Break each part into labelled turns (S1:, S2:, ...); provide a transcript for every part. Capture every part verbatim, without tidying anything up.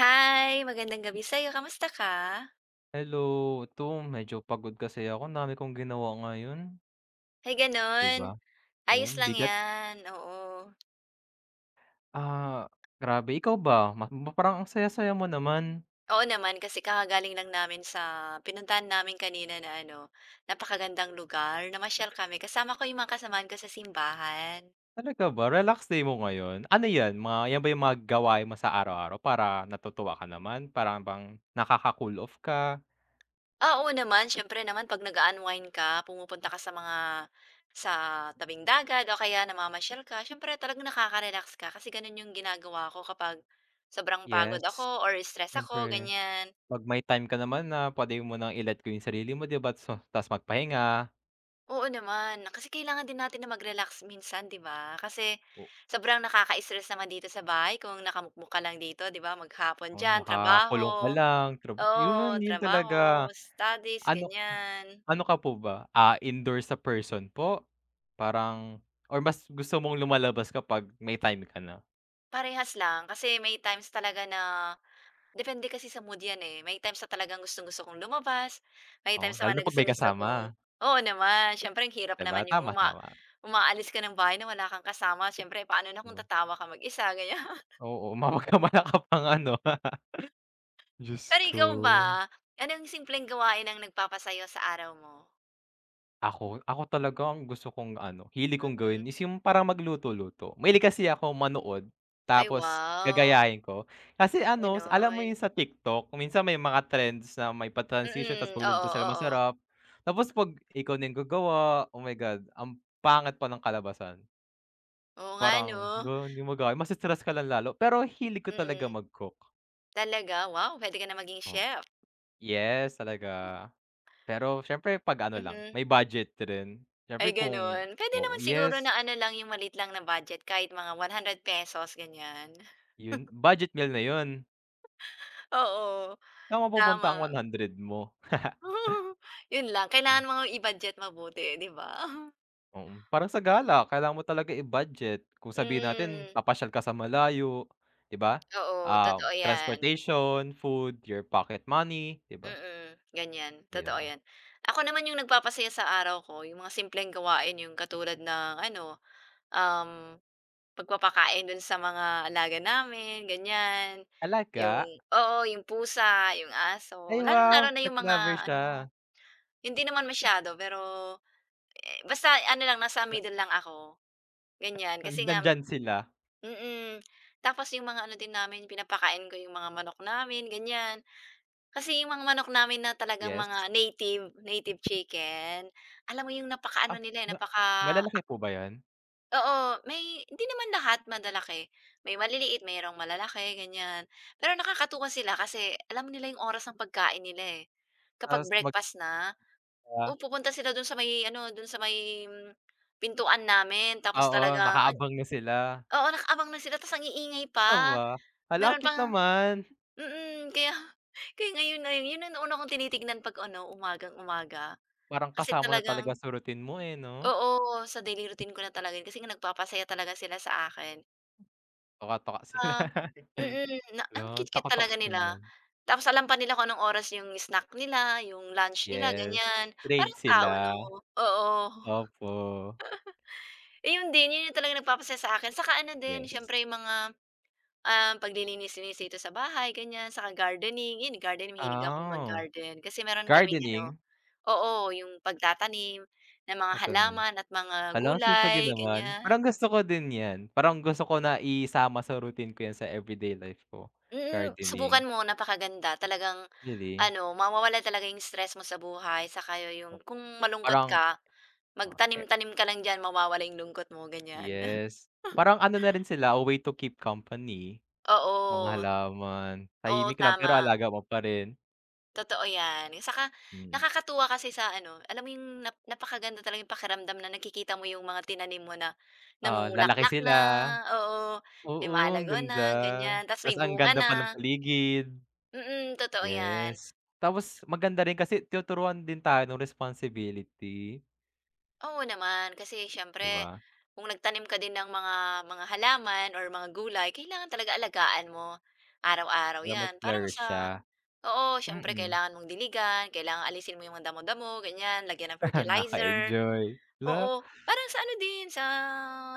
S1: Hi, magandang gabi sa'yo, kamusta ka?
S2: Hello, ito medyo pagod kasi ako ang dami kong ginawa ngayon,
S1: Ay
S2: 'di
S1: gano'n,
S2: ba? Oo,
S1: ayos lang
S2: bigat.
S1: 'yan, oo.
S2: Ah, grabe ikaw ba? Ma ma- parang ang saya-saya mo naman.
S1: Oo naman, kasi kakagaling lang namin sa pinuntahan namin kanina na ano, napakagandang lugar, namasyal kami kasama ko 'yung mga kasamahan ko sa simbahan.
S2: Talaga ba? Relax day mo ngayon? Ano 'yan, mga 'yan ba yung mga gawain mo sa araw-araw para natutuwa ka naman, parang bang nakaka-cool off ka?
S1: Ah, oo naman, siyempre naman 'pag nag unwind ka, pumupunta ka sa mga sa tabing dagat o kaya namamasyal ka, siyempre talagang nakaka-relax ka kasi gano'n 'yung ginagawa ko kapag sobrang pagod
S2: Yes,
S1: ako or stress ako,
S2: siyempre
S1: ganyan.
S2: 'pag may time ka naman na puwede mo ng i-let go yung sarili mo, 'di ba? So, ta's magpahinga,
S1: Oo naman, kasi kailangan din natin na mag-relax minsan, 'di ba? Kasi sobrang nakaka-stress naman dito sa bahay kung nakamukmok ka lang dito, 'di ba? Maghapon
S2: oo,
S1: diyan, trabaho,
S2: nakakulong ka lang, traba
S1: oo,
S2: yun yun
S1: trabaho,
S2: talaga.
S1: studies,
S2: Ano
S1: ganyan.
S2: Ano ka po ba, ah, indoor sa person po? Parang or mas gusto mong lumalabas kapag may time ka na?
S1: Parehas lang kasi may times talaga na depende kasi sa mood 'yan, eh. May times na talagang gustong-gusto kong lumabas, may
S2: Oo,
S1: times
S2: lalo
S1: naman
S2: na
S1: na
S2: 'pag may
S1: gustong-gusto kong
S2: kasama,
S1: oo naman, siyempre ang hirap
S2: 'di ba?
S1: naman yung
S2: Tama,
S1: uma
S2: tama.
S1: umaalis ka ng bahay na wala kang kasama. Siyempre paano na kung
S2: Hmm.
S1: tatawa ka mag-isa, ganyan.
S2: Oo, mapagkamalakap ang ano, Diyos
S1: Pero
S2: ko.
S1: ikaw ba, anong simpleng gawain ang nagpapasayo sa araw mo?
S2: Ako? Ako talaga ang gusto kong ano, hilig kong
S1: Mm.
S2: gawin is yung parang magluto-luto. Mahilig kasi ako manood
S1: Ay
S2: tapos
S1: wow,
S2: gagayahin ko. Kasi ano, alam mo
S1: gano'n.
S2: yun sa TikTok, minsan may mga trends na may pa-transition tapos
S1: Mm,
S2: magluluto
S1: oo,
S2: sila
S1: oo.
S2: masarap. Tapos 'pag ikaw na yung gagawa, oh my God, ang pangat pa ng kalabasan.
S1: Oo nga 'no,
S2: Parang, hala, hindi mo magaya ma-stress ka lang lalo. Pero hilig ko talaga
S1: mm.
S2: mag-cook.
S1: Talaga, wow, puwede ka na maging
S2: Oh,
S1: chef,
S2: yes talaga. Pero siyempre 'pag ano lang,
S1: mhm.
S2: may budget rin.
S1: Ay
S2: Siyempre kung
S1: gano'n. Puwede
S2: Oh,
S1: naman siguro
S2: yes.
S1: na ano lang, yung maliit lang na budget kahit mga one hundred pesos ganyan.
S2: Yun, budget meal na yun.
S1: Oo,
S2: Saan mapupunta ang
S1: tama.
S2: one hundred mo?
S1: Yun lang,
S2: Hmm.
S1: kailangan mong i-budget mabuti, 'di ba?
S2: Mm, parang sa gala kailangan mo talaga i-budget. Kung sabihin natin
S1: Mm,
S2: papasyal ka sa malayo, 'di ba?
S1: oo,
S2: Ah,
S1: totoo yan.
S2: transportation, food, your pocket money, 'di ba?
S1: Mm, ganyan,
S2: 'Di
S1: totoo
S2: ba?
S1: 'yan. Ako naman yung nagpapasaya sa araw ko yung mga simpleng gawain yung katulad ng ano, um, pagpapakain dun sa mga alaga namin, ganyan.
S2: Talaga?
S1: Yung oo, yung pusa, yung
S2: Ay
S1: aso, lalo
S2: wow,
S1: lalo na
S2: pet
S1: yung
S2: lover
S1: mga
S2: siya.
S1: ano, hindi naman masyado pero, eh, basta ano lang nasa
S2: Na
S1: middle lang ako, ganyan.
S2: nan
S1: Kasi nga
S2: nandiyan sila,
S1: mm, tapos yung mga ano din namin pinapakain ko yung mga manok namin, ganyan. Kasi yung mga manok namin na talagang
S2: yes.
S1: mga native, native chicken, alam mo yung napakaano
S2: Ah,
S1: nila, eh,
S2: ma
S1: napaka
S2: malalaki
S1: ak
S2: po ba yun?
S1: oo, may hindi naman lahat madalaki. May maliliit, mayroong malalaki, ganyan. Pero nakakatuwa sila kasi alam nila yung oras ng pagkain nila, eh. Kapag
S2: Tapos magka
S1: breakfast na, oh, pupunta sila dun sa may ano, dun sa may mm, pintuan namin tapos
S2: oo,
S1: talagang ang
S2: nakaabang na sila.
S1: oo, nakaabang na sila tapos ang iingay pa.
S2: Tama. Hala, ang
S1: Meron
S2: cute
S1: pang,
S2: naman.
S1: mm, kaya kaya ngayon na yun yun ang una kong tinitignan 'pag ano, umagang-umaga.
S2: Parang
S1: Kasi
S2: kasama na talaga
S1: talagang
S2: sa routine mo, eh, 'no?
S1: oo, sa daily routine ko na talaga yun kasi nga nagpapasaya talaga sila sa akin.
S2: Tuka-tuka sila
S1: Ah, mm, na ang
S2: 'no,
S1: cute-cute
S2: takot-tako
S1: talaga nila.
S2: ganyan.
S1: Tapos alam pa nila kung anong oras yung snack nila, yung lunch nila,
S2: Yes,
S1: ganyan.
S2: trade
S1: Parang tao
S2: sila,
S1: 'no? Oo.
S2: opo,
S1: Iyon din, yun yung talagang nagpapasaya sa akin. Saka ano din,
S2: yes.
S1: siyempre yung mga Um, paglilinis-linis dito sa bahay ganyan, saka gardening, 'yun gardening mahilig akong
S2: Oh,
S1: mag-garden kasi meron kaming ano
S2: gardening,
S1: oo, yung pagtatanim ng mga
S2: tatanim.
S1: halaman at mga
S2: Hala, ang sipag
S1: gulay
S2: niyo naman. Parang
S1: ganyan.
S2: gusto ko din 'yan, parang gusto ko na isama sa routine ko 'yan sa everyday life ko,
S1: Mm,
S2: gardening.
S1: subukan mo napakaganda talagang
S2: Really?
S1: ano mawawala talaga yung stress mo sa buhay saka yung
S2: O
S1: kung malungkot
S2: parang
S1: ka,
S2: o e
S1: magtanim-tanim ka lang diyan mawawala yung lungkot mo ganyan.
S2: yes, parang ano na rin sila, a way to keep company, mga
S1: Oo,
S2: halaman.
S1: oo
S2: Tahimik lang
S1: tama.
S2: pero alaga mo pa rin,
S1: Totoo 'yan. Saka
S2: mm.
S1: nakakatuwa kasi sa ano, alam mo yung nap napakaganda talaga yung pakiramdam na nakikita mo yung mga tinanim mo na
S2: Oo, lalaki
S1: namumulaklak
S2: sila.
S1: na, oo,
S2: Oo, ang
S1: lumalago
S2: ganda.
S1: na, ganyan, ta's may
S2: Tas ang
S1: bunga
S2: ganda
S1: na.
S2: pa ng paligid,
S1: Mm, totoo 'yan.
S2: yes. Tapos maganda rin kasi tinuturuan din tayo ng responsibility,
S1: Oo naman, kasi
S2: 'di
S1: siyempre
S2: ba?
S1: kung nagtanim ka din ng mga mga halaman or mga gulay, kailangan talaga alagaan mo. Araw-araw
S2: Para
S1: 'yan, parang
S2: mag-flourish
S1: sa
S2: siya,
S1: oo, siyempre
S2: mm.
S1: kailangan mong diligan, kailangan alisin mo yung mga damo-damo, ganyan, lagyan ng fertilizer.
S2: Nakaka-enjoy. La,
S1: Oo, parang sa ano din, sa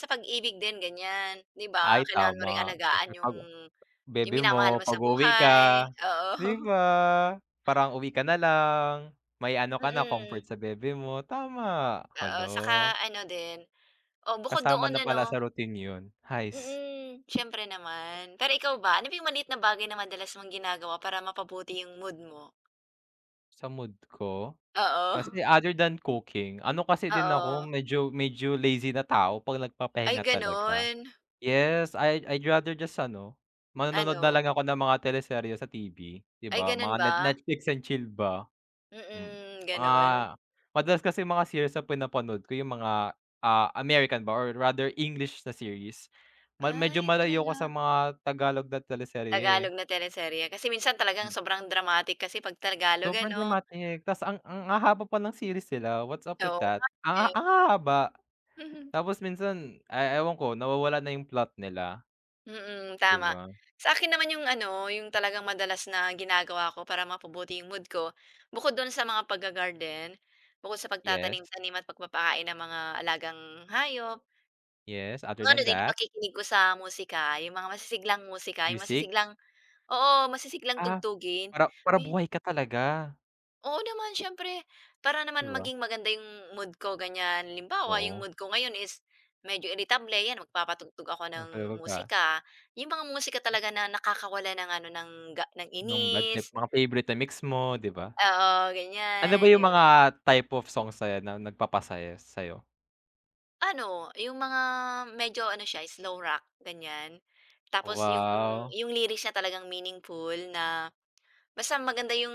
S1: sa pag-ibig din ganyan, 'di ba?
S2: ay
S1: Kailangan mo ring
S2: tama.
S1: alagaan
S2: Siyempre
S1: yung
S2: 'pag
S1: yung
S2: bebe
S1: minamahal
S2: mo,
S1: mo sa
S2: pag-uwi
S1: buhay,
S2: ka,
S1: oo.
S2: 'di ba? Parang uwi ka na lang, may ano ka na, comfort
S1: Mm,
S2: sa bebe mo, tama.
S1: oo,
S2: Hala,
S1: saka ano din, oh, bukod
S2: kasama
S1: doon
S2: na pala
S1: ano
S2: sa routine 'yun. Hays,
S1: mm, siyempre naman. Pero ikaw ba, ano ba yung maliit na bagay na madalas mong ginagawa para mapabuti yung mood mo?
S2: sa mood ko.
S1: Oo,
S2: Kasi other than cooking, ano kasi din ako
S1: oo.
S2: medyo medyo lazy na tao 'pag
S1: Ay
S2: nagpapahinga talaga.
S1: gano'n?
S2: Yes, I I'd rather just ano, manonood na
S1: Ano,
S2: lang ako ng mga teleserye sa T V, 'di
S1: ay
S2: ba?
S1: gano'n
S2: Mga
S1: ba?
S2: net Netflix and chill ba, mm.
S1: Mm,
S2: Mga
S1: gano'n?
S2: madalas kasi mga series na pinapanood ko yung mga, ah, American ba or rather English na series. Ma medyo
S1: Ay
S2: malayo ako
S1: talaga.
S2: sa mga Tagalog na teleserye, eh.
S1: Tagalog na teleserye kasi minsan talagang
S2: Mm.
S1: sobrang dramatic kasi 'pag Tagalog
S2: Sobrang
S1: ano.
S2: dramatic, tas ang ang hahaba pa ng series nila, what's up with
S1: Oo nga
S2: that? Ang
S1: eh.
S2: ang hahaba.
S1: Mhm.
S2: Tapos minsan, ah, ewan ko nawawala na yung plot nila,
S1: Mm,
S2: 'di
S1: tama.
S2: ba?
S1: Sa akin naman yung ano, yung talagang madalas na ginagawa ko para mapabuti yung mood ko, bukod dun sa mga pagga-garden, bukod sa
S2: Yes,
S1: pagtatanim-tanim at pagpapakain ng mga alagang hayop,
S2: yes, other
S1: yung ano
S2: than
S1: din, yung
S2: that,
S1: pakikinig ko sa musika, yung mga masisiglang musika, yung
S2: music,
S1: masisiglang Oo, masisiglang
S2: ah,
S1: tugtugin.
S2: para para
S1: Ayun.
S2: buhay ka talaga,
S1: Oo naman, syempre para
S2: 'di
S1: naman
S2: ba?
S1: maging maganda yung mood ko, ganyan. Halimbawa, yung
S2: Oo,
S1: mood ko ngayon is medyo iritable, 'yan magpapatugtog ako
S2: yung
S1: ng
S2: ka
S1: musika. Yung mga musika talaga na nakakawala ng ano, ng ga ng
S2: nung bad
S1: inis,
S2: trip, mga favorite na mix mo, 'di ba?
S1: oo,
S2: Ano ba
S1: ganyan.
S2: yung
S1: Yung
S2: mga type of songs sa'yo na nagpapasaya sa'yo?
S1: ano, yung mga medyo ano siya, slow rock, ganyan. Tapos yung
S2: Wow,
S1: yung lyrics na talagang meaningful na Basta maganda yung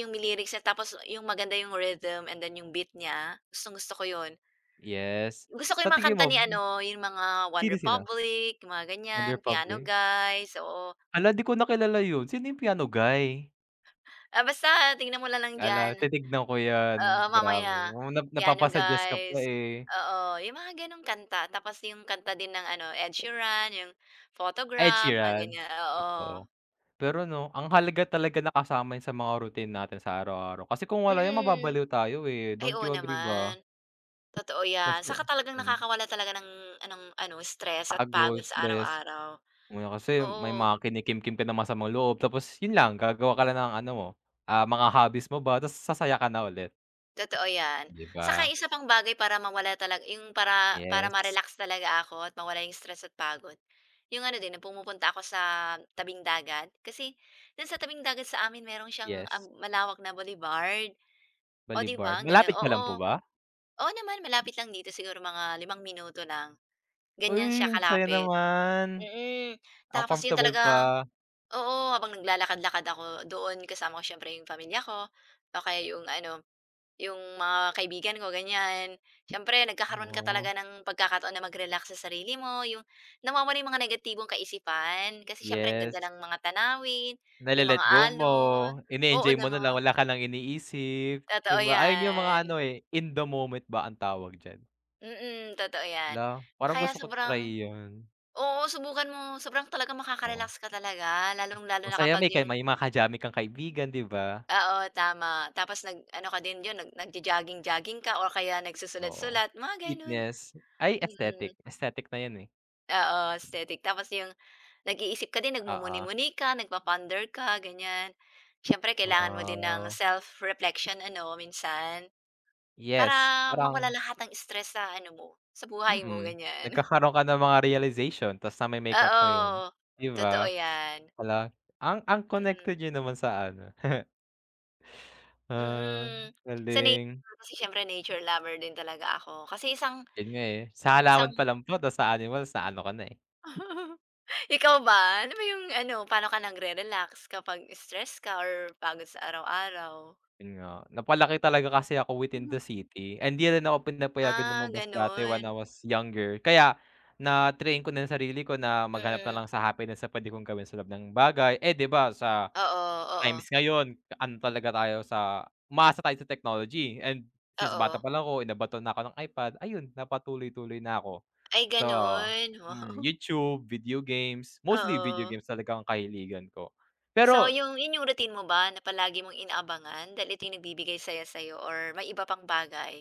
S1: yung lyrics niya tapos yung maganda yung rhythm and then yung beat niya, gustong-gusto ko yun.
S2: yes.
S1: Gusto ko
S2: Sa
S1: yung mga
S2: tingin
S1: kanta
S2: mo
S1: ni ano, yung mga One
S2: sino-sino?
S1: Republic, yung mga ganyan,
S2: Wonder
S1: Piano
S2: Public?
S1: Guys, oo.
S2: Hala, 'di ko na kilala yun, sino yung piano guy?
S1: Ah, basta tingnan mo na lang
S2: Hala,
S1: diyan,
S2: titignan ko yan,
S1: oo,
S2: grabe,
S1: mamaya.
S2: oo, nap
S1: Piano
S2: napapasuggest ka pa,
S1: Guys,
S2: eh.
S1: oo, yung mga gano'ng kanta. Tapos yung kanta din ng ano, Ed Sheeran, yung
S2: Ed
S1: Photograph, mga
S2: Sheeran,
S1: ganyan, oo.
S2: totoo. Pero 'no, ang halaga talaga na kasama yun sa mga routine natin sa araw-araw kasi kung wala yun
S1: Mm.
S2: mababaliw tayo, eh,
S1: Ay,
S2: don't
S1: oo
S2: you agree ba?
S1: naman. Totoo 'yan,
S2: Kasi
S1: saka talagang
S2: hmm,
S1: nakakawala talaga ng anong ano, stress at
S2: pagod,
S1: pagod sa
S2: stress,
S1: araw-araw.
S2: una kasi may
S1: Oo,
S2: mga kinikimkim ka na masamang loob tapos yun lang gagawa ka lang ng ano mo, ah, mga hobbies mo ba tapos sasaya ka na ulit,
S1: totoo 'yan.
S2: 'di
S1: Saka
S2: ba?
S1: isa pang bagay para mawala talaga yung para para
S2: Yes,
S1: ma-relax talaga ako at mawala yung stress at pagod, yung ano din, pumupunta ako sa tabing dagat. Kasi do'n sa tabing dagat sa amin meron siyang, um,
S2: yes,
S1: malawak na boulevard. O 'di
S2: Bolivar.
S1: ba, ang ganda
S2: Malapit ka lang
S1: oo.
S2: po ba?
S1: Oo naman, malapit lang dito siguro mga limang minuto lang, ganyan siya
S2: Uy, ang saya
S1: kalapit.
S2: naman.
S1: Mm,
S2: Ang
S1: tapos yun
S2: comfortable
S1: talaga
S2: pa,
S1: oo, habang naglalakad-lakad ako doon kasama ko siyempre yung pamilya ko o kaya yung ano, yung mga kaibigan ko ganyan. Siyempre nagkakaroon ka
S2: oo,
S1: talaga ng pagkakataon na mag-relax sa sarili mo, yung nawawala yung mga negatibong kaisipan kasi siyempre ang ganda
S2: yes.
S1: ng mga tanawin, yung
S2: Nale-let
S1: mga
S2: go mo,
S1: alon oo
S2: ine-enjoy mo na lang,
S1: naman,
S2: wala ka ng iniisip, 'di
S1: totoo
S2: ba? Ayun yung mga
S1: yan.
S2: ano, eh, in the moment ba ang tawag diyan?
S1: Mm, totoo 'yan.
S2: Hala, parang
S1: Kaya
S2: gusto ko
S1: sobrang
S2: i-try yun,
S1: oo, subukan mo. Sobrang talaga
S2: oo.
S1: makaka-relax ka talaga lalong-lalo na
S2: Masaya
S1: kapag
S2: may ka
S1: yung
S2: may mga ka-jammey kang kaibigan, 'di ba?
S1: oo, tama. Tapos nag-ano ka din diyan, nag nagjo-jogging-jogging ka or kaya
S2: Oo.
S1: nagsusulat-sulat, mga gano'n.
S2: Fitness, ay
S1: Mm,
S2: aesthetic, aesthetic na yun, eh,
S1: oo, aesthetic. Tapos yung nag-iisip ka din,
S2: oo.
S1: nagmumuni-muni ka, nagpa-ponder ka, ganyan. Siyempre kailangan mo din ng
S2: Wow.
S1: self-reflection ano, minsan para
S2: Yes,
S1: mawala
S2: parang
S1: lahat ng stress sa ano mo, sa buhay mo,
S2: mm,
S1: ganyan.
S2: nagkakaroon ka ng mga realization ta's name-make-up mo yun,
S1: Oo,
S2: 'di
S1: totoo
S2: ba?
S1: 'yan.
S2: Hala, ang ang
S1: Mm,
S2: connected niyo naman sa ano, ah,
S1: mm. Sa
S2: galing.
S1: nature kasi siyempre nature lover din talaga ako. Kasi isang
S2: Yun nga, eh, sa
S1: isang
S2: halaman pa lang po tapos sa animals na ano ka na, eh,
S1: Ikaw ba? Ano ba yung ano, paano ka nagre-relax kapag stress ka or pagod sa araw-araw?
S2: yun nga. Napalaki talaga kasi ako within the
S1: Mhm.
S2: city and di rin ako pinapayagan
S1: Ah,
S2: lumabas dati when
S1: gano'n.
S2: I was younger. Kaya na-train ko na yung sarili ko na maghanap na
S1: Mm.
S2: lang sa happiness sa puwede kong gawin sa loob ng bagay. Eh, di ba sa
S1: Oo, oo,
S2: Times ngayon ano talaga tayo sa umaasa tayo sa technology and since
S1: oo.
S2: bata pa lang ako inabaton na ako ng iPad, ayun napatuloy-tuloy na ako.
S1: Ay
S2: So,
S1: gano'n,
S2: hmm,
S1: wow,
S2: YouTube, video games, mostly video
S1: oo.
S2: games talaga ang kahiligan ko.
S1: So
S2: Pero
S1: yung yun yung routine mo ba na palagi mong inaabangan dahil ito yung nagbibigay saya sa'yo or may iba pang bagay?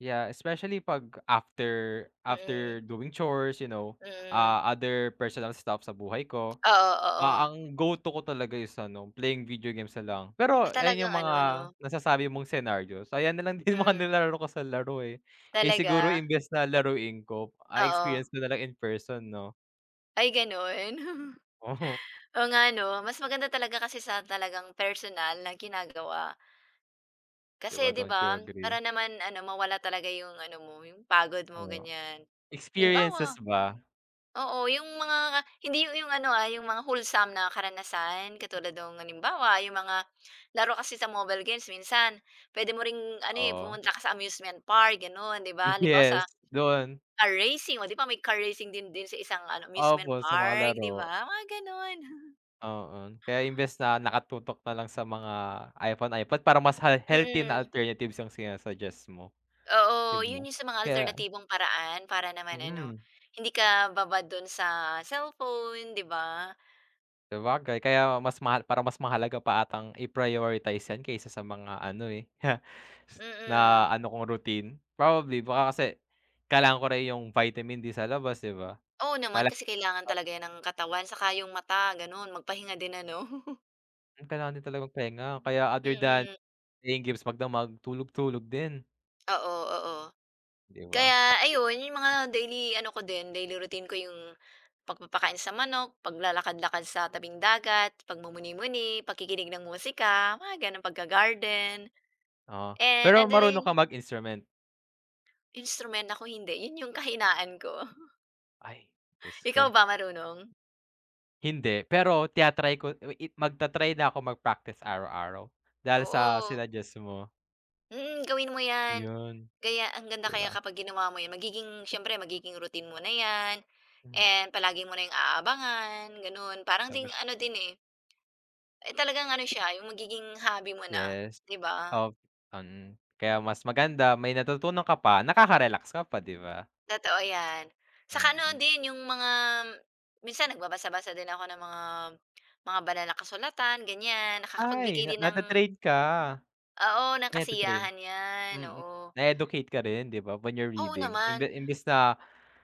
S2: yeah, especially 'pag after after
S1: Mm.
S2: doing chores, you know,
S1: Mm.
S2: ah, other personal stuff sa buhay ko,
S1: Oo, oo.
S2: ah, ang go-to ko talaga is ano, playing video games na lang. Pero
S1: Ah,
S2: ayan yung
S1: talagang ano 'no?
S2: mga nasasabi mong scenarios, ayan na lang din mga
S1: Mm.
S2: nilalaro ko sa laro, eh. Eh, siguro
S1: Talaga?
S2: imbes na laruin ko, ah,
S1: Oo.
S2: experience ko na lang in person 'no?
S1: Ay gano'n? Oo
S2: Oo,
S1: nga 'no? Mas maganda talaga kasi sa talagang personal na ginagawa.
S2: 'di
S1: Kasi
S2: ba,
S1: 'di
S2: don't
S1: ba,
S2: you agree?
S1: para naman ano, mawala talaga yung ano mo, yung pagod mo,
S2: Oo.
S1: ganyan.
S2: Experiences
S1: Halimbawa
S2: ba?
S1: oo, yung mga hindi yung yung ano, ah, yung mga wholesome na karanasan katulad ng halimbawa, yung mga laro kasi sa mobile games minsan pwede mo ring ano, eh,
S2: Oo.
S1: pumunta ka sa amusement park, gano'n, 'di ba? Halimbawa
S2: Yes,
S1: sa
S2: doon.
S1: Car racing, oh, 'di ba may car racing din din sa isang ano, amusement
S2: Opo, sa mga
S1: park, 'di
S2: laro,
S1: ba? Mga gano'n.
S2: oo. Kaya imbes na nakatutok na lang sa mga iPhone, iPad parang mas ha healthy na
S1: Mm,
S2: alternatives yung sina-suggest mo, 'di
S1: oo,
S2: ba?
S1: 'yun 'yung sa mga
S2: Kaya
S1: alternatibong paraan para naman ano,
S2: mm.
S1: hindi ka babad do'n sa cellphone, 'di ba?
S2: Sabagay kaya mas mahal parang mas mahalaga pa atang i-prioritize 'yan kaysa sa mga ano, eh, na
S1: Mm.
S2: ano kong routine. Probably baka kasi kailangan ko rin yung vitamin D sa labas, 'di ba?
S1: Oo naman,
S2: Kailangan
S1: kasi kailangan talaga 'yan ng katawan, saka 'yung mata gano'n, magpahinga din ano.
S2: Kailangan din talaga magpahinga kaya other than
S1: Mm,
S2: playing games, magdamag, tulog-tulog din,
S1: oo, oo.
S2: 'di ba?
S1: Kaya ayun, yung mga daily ano ko din, daily routine ko yung pagpapakain sa manok, paglalakad-lakad sa tabing dagat, pagmumuni-muni, pakikinig ng musika, mga gano'n, pagga-garden.
S2: Oo,
S1: And
S2: pero
S1: ano din,
S2: marunong ka mag-instrument?
S1: instrument ako hindi, yun yung kahinaan ko.
S2: Ay, Diyos ko.
S1: Ikaw ba marunong?
S2: Hindi, pero tina ko i magta-try na ako mag-practice araw-araw dahil sa
S1: Oo,
S2: sinuggest mo.
S1: mm, gawin mo 'yan.
S2: 'Yun,
S1: Kaya ang ganda
S2: 'di
S1: kaya
S2: ba?
S1: kapag ginawa mo 'yan, magiging siyempre magiging routine mo na 'yan
S2: Hmm,
S1: and palagi mo na yung aabangan, gano'n. Parang ding
S2: tapos,
S1: ano din, eh Eh, talagang ano siya, yung magiging hobby mo na,
S2: yes.
S1: 'di ba?
S2: Op um, Kaya mas maganda may natutunan ka pa, nakaka-relax ka pa, 'di ba?
S1: Totoo 'yan. Saka ano
S2: Mm.
S1: din, yung mga minsan nagbabasa-basa din ako ng mga mga banal na kasulatan, ganyan.
S2: Ay,
S1: Nakakapagbigay
S2: na
S1: din ng
S2: nata-train ka?
S1: oo, ng
S2: Ay, nata-train?
S1: kasiyahan 'yan,
S2: Mm.
S1: oo.
S2: Na-educate ka rin, 'di ba, when you're
S1: Oo
S2: reading? Imbe
S1: naman,
S2: imbes na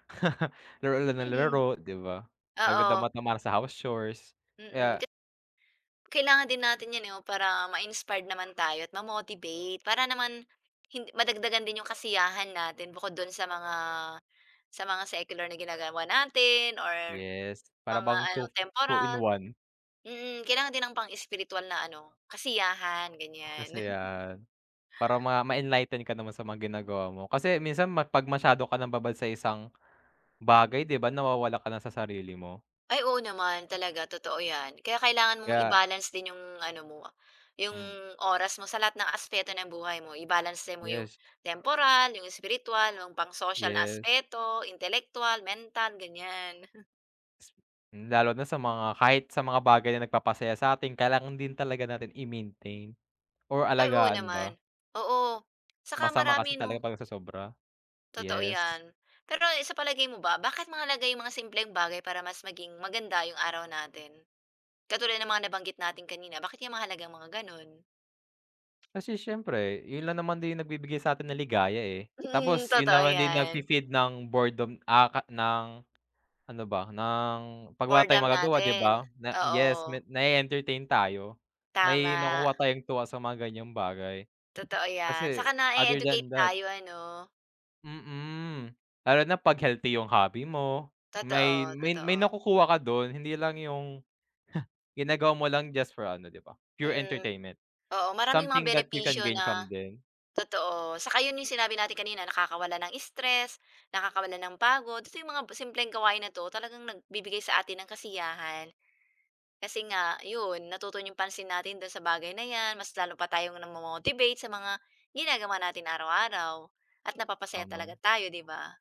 S2: laro lang ng
S1: mm.
S2: laro, 'di ba?
S1: Oo,
S2: Nagdadamot-dama sa house chores.
S1: mm.
S2: Kaya
S1: Kailangan din natin 'yan, eh, oh, para ma-inspired naman tayo at ma-motivate para naman hin madagdagan din yung kasiyahan natin bukod do'n sa mga sa mga secular na ginagawa natin or
S2: yes, para
S1: mga
S2: bang
S1: ano,
S2: two two in
S1: temporal.
S2: one.
S1: Mm, kailangan din ng pang-ispirituwal na ano, kasiyahan, ganyan.
S2: Kasi yan, para ma ma-enlighten ka naman sa mga ginagawa mo. Kasi minsan ma 'pag masyado ka nang babad sa isang bagay, 'di ba, nawawala ka na sa sarili mo.
S1: Ay oo naman, talaga totoo 'yan. Kaya kailangan mong
S2: Kaya
S1: i-balance din yung ano mo, yung
S2: hmm,
S1: oras mo sa lahat ng aspeto ng buhay mo. I-balanse mo yung
S2: yes,
S1: temporal, yung spiritual, yung pang-social na
S2: yes.
S1: aspeto, intelektuwal, mental, ganyan.
S2: S- Lalo na sa mga kahit sa mga bagay na nagpapasaya sa'tin kailangan din talaga natin i-maintain or
S1: Ay oo
S2: alagaan
S1: naman,
S2: ba.
S1: oo. Saka
S2: Masama kasi
S1: marami 'no,
S2: talaga 'pag sobra.
S1: totoo
S2: Yes.
S1: 'yan. Pero eh, sa palagay mo ba, bakit mahalaga yung mga simpleng bagay para mas maging maganda yung araw natin? Katulad ng mga nabanggit natin kanina, bakit kaya mahalaga mga gano'n?
S2: Kasi siyempre yun lang naman din yung nagbibigay sa sa'tin ng ligaya, eh.
S1: Mm,
S2: Tapos yun
S1: totoo
S2: naman din
S1: 'yan.
S2: nagfi-feed ng boredom, ah, ka ng ano ba, ng 'pag wala tayong
S1: Boredom
S2: magagawa 'di
S1: natin,
S2: ba, na
S1: oo,
S2: yes, me na entertain tayo. May
S1: tama,
S2: nakukuha tayong tuwa sa mga ganyang bagay.
S1: totoo 'yan,
S2: Kasi
S1: saka
S2: other than
S1: na-e-educate
S2: that
S1: tayo ano,
S2: mm, lalo na 'pag healthy yung hobby mo, may
S1: totoo,
S2: may may
S1: totoo,
S2: nakukuha ka dun hindi lang yung ginagawa mo lang just for ano 'di ba, pure
S1: mm.
S2: entertainment.
S1: Oo, maraming mga
S2: Something that you can
S1: benepisyo
S2: gain
S1: na
S2: from din,
S1: totoo, saka 'yun yung sinabi natin kanina nakakawala ng stress, nakakawala ng pagod, ito yung mga simpleng gawain na 'to talagang nagbibigay sa atin ng kasiyahan. Kasi nga 'yun, natutuon yung pansin natin do'n sa bagay na 'yan, mas lalo pa tayong namo-motivate sa mga ginagawa natin araw-araw at napapasaya
S2: tama,
S1: talaga tayo, 'di ba?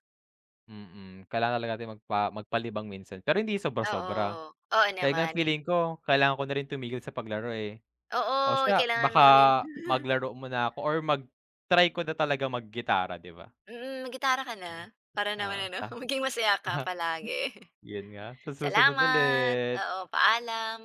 S2: mm. Kailangan talaga natin magpa magpalibang minsan pero hindi sobra-sobra.
S1: Oo. Oo
S2: Kaya nga
S1: naman, eh.
S2: feeling ko kailangan ko na rin tumigil sa paglaro, eh.
S1: Oo,
S2: O siya
S1: kailangan
S2: baka
S1: mo rin
S2: maglaro muna ako or mag-try ko na talaga maggitara 'di ba?
S1: mm, maggitara ka na para
S2: Oo,
S1: naman ano,
S2: ta
S1: maging masaya ka palagi.
S2: yun nga, sa susunod
S1: Salamat.
S2: ulit.
S1: Oo, paalam.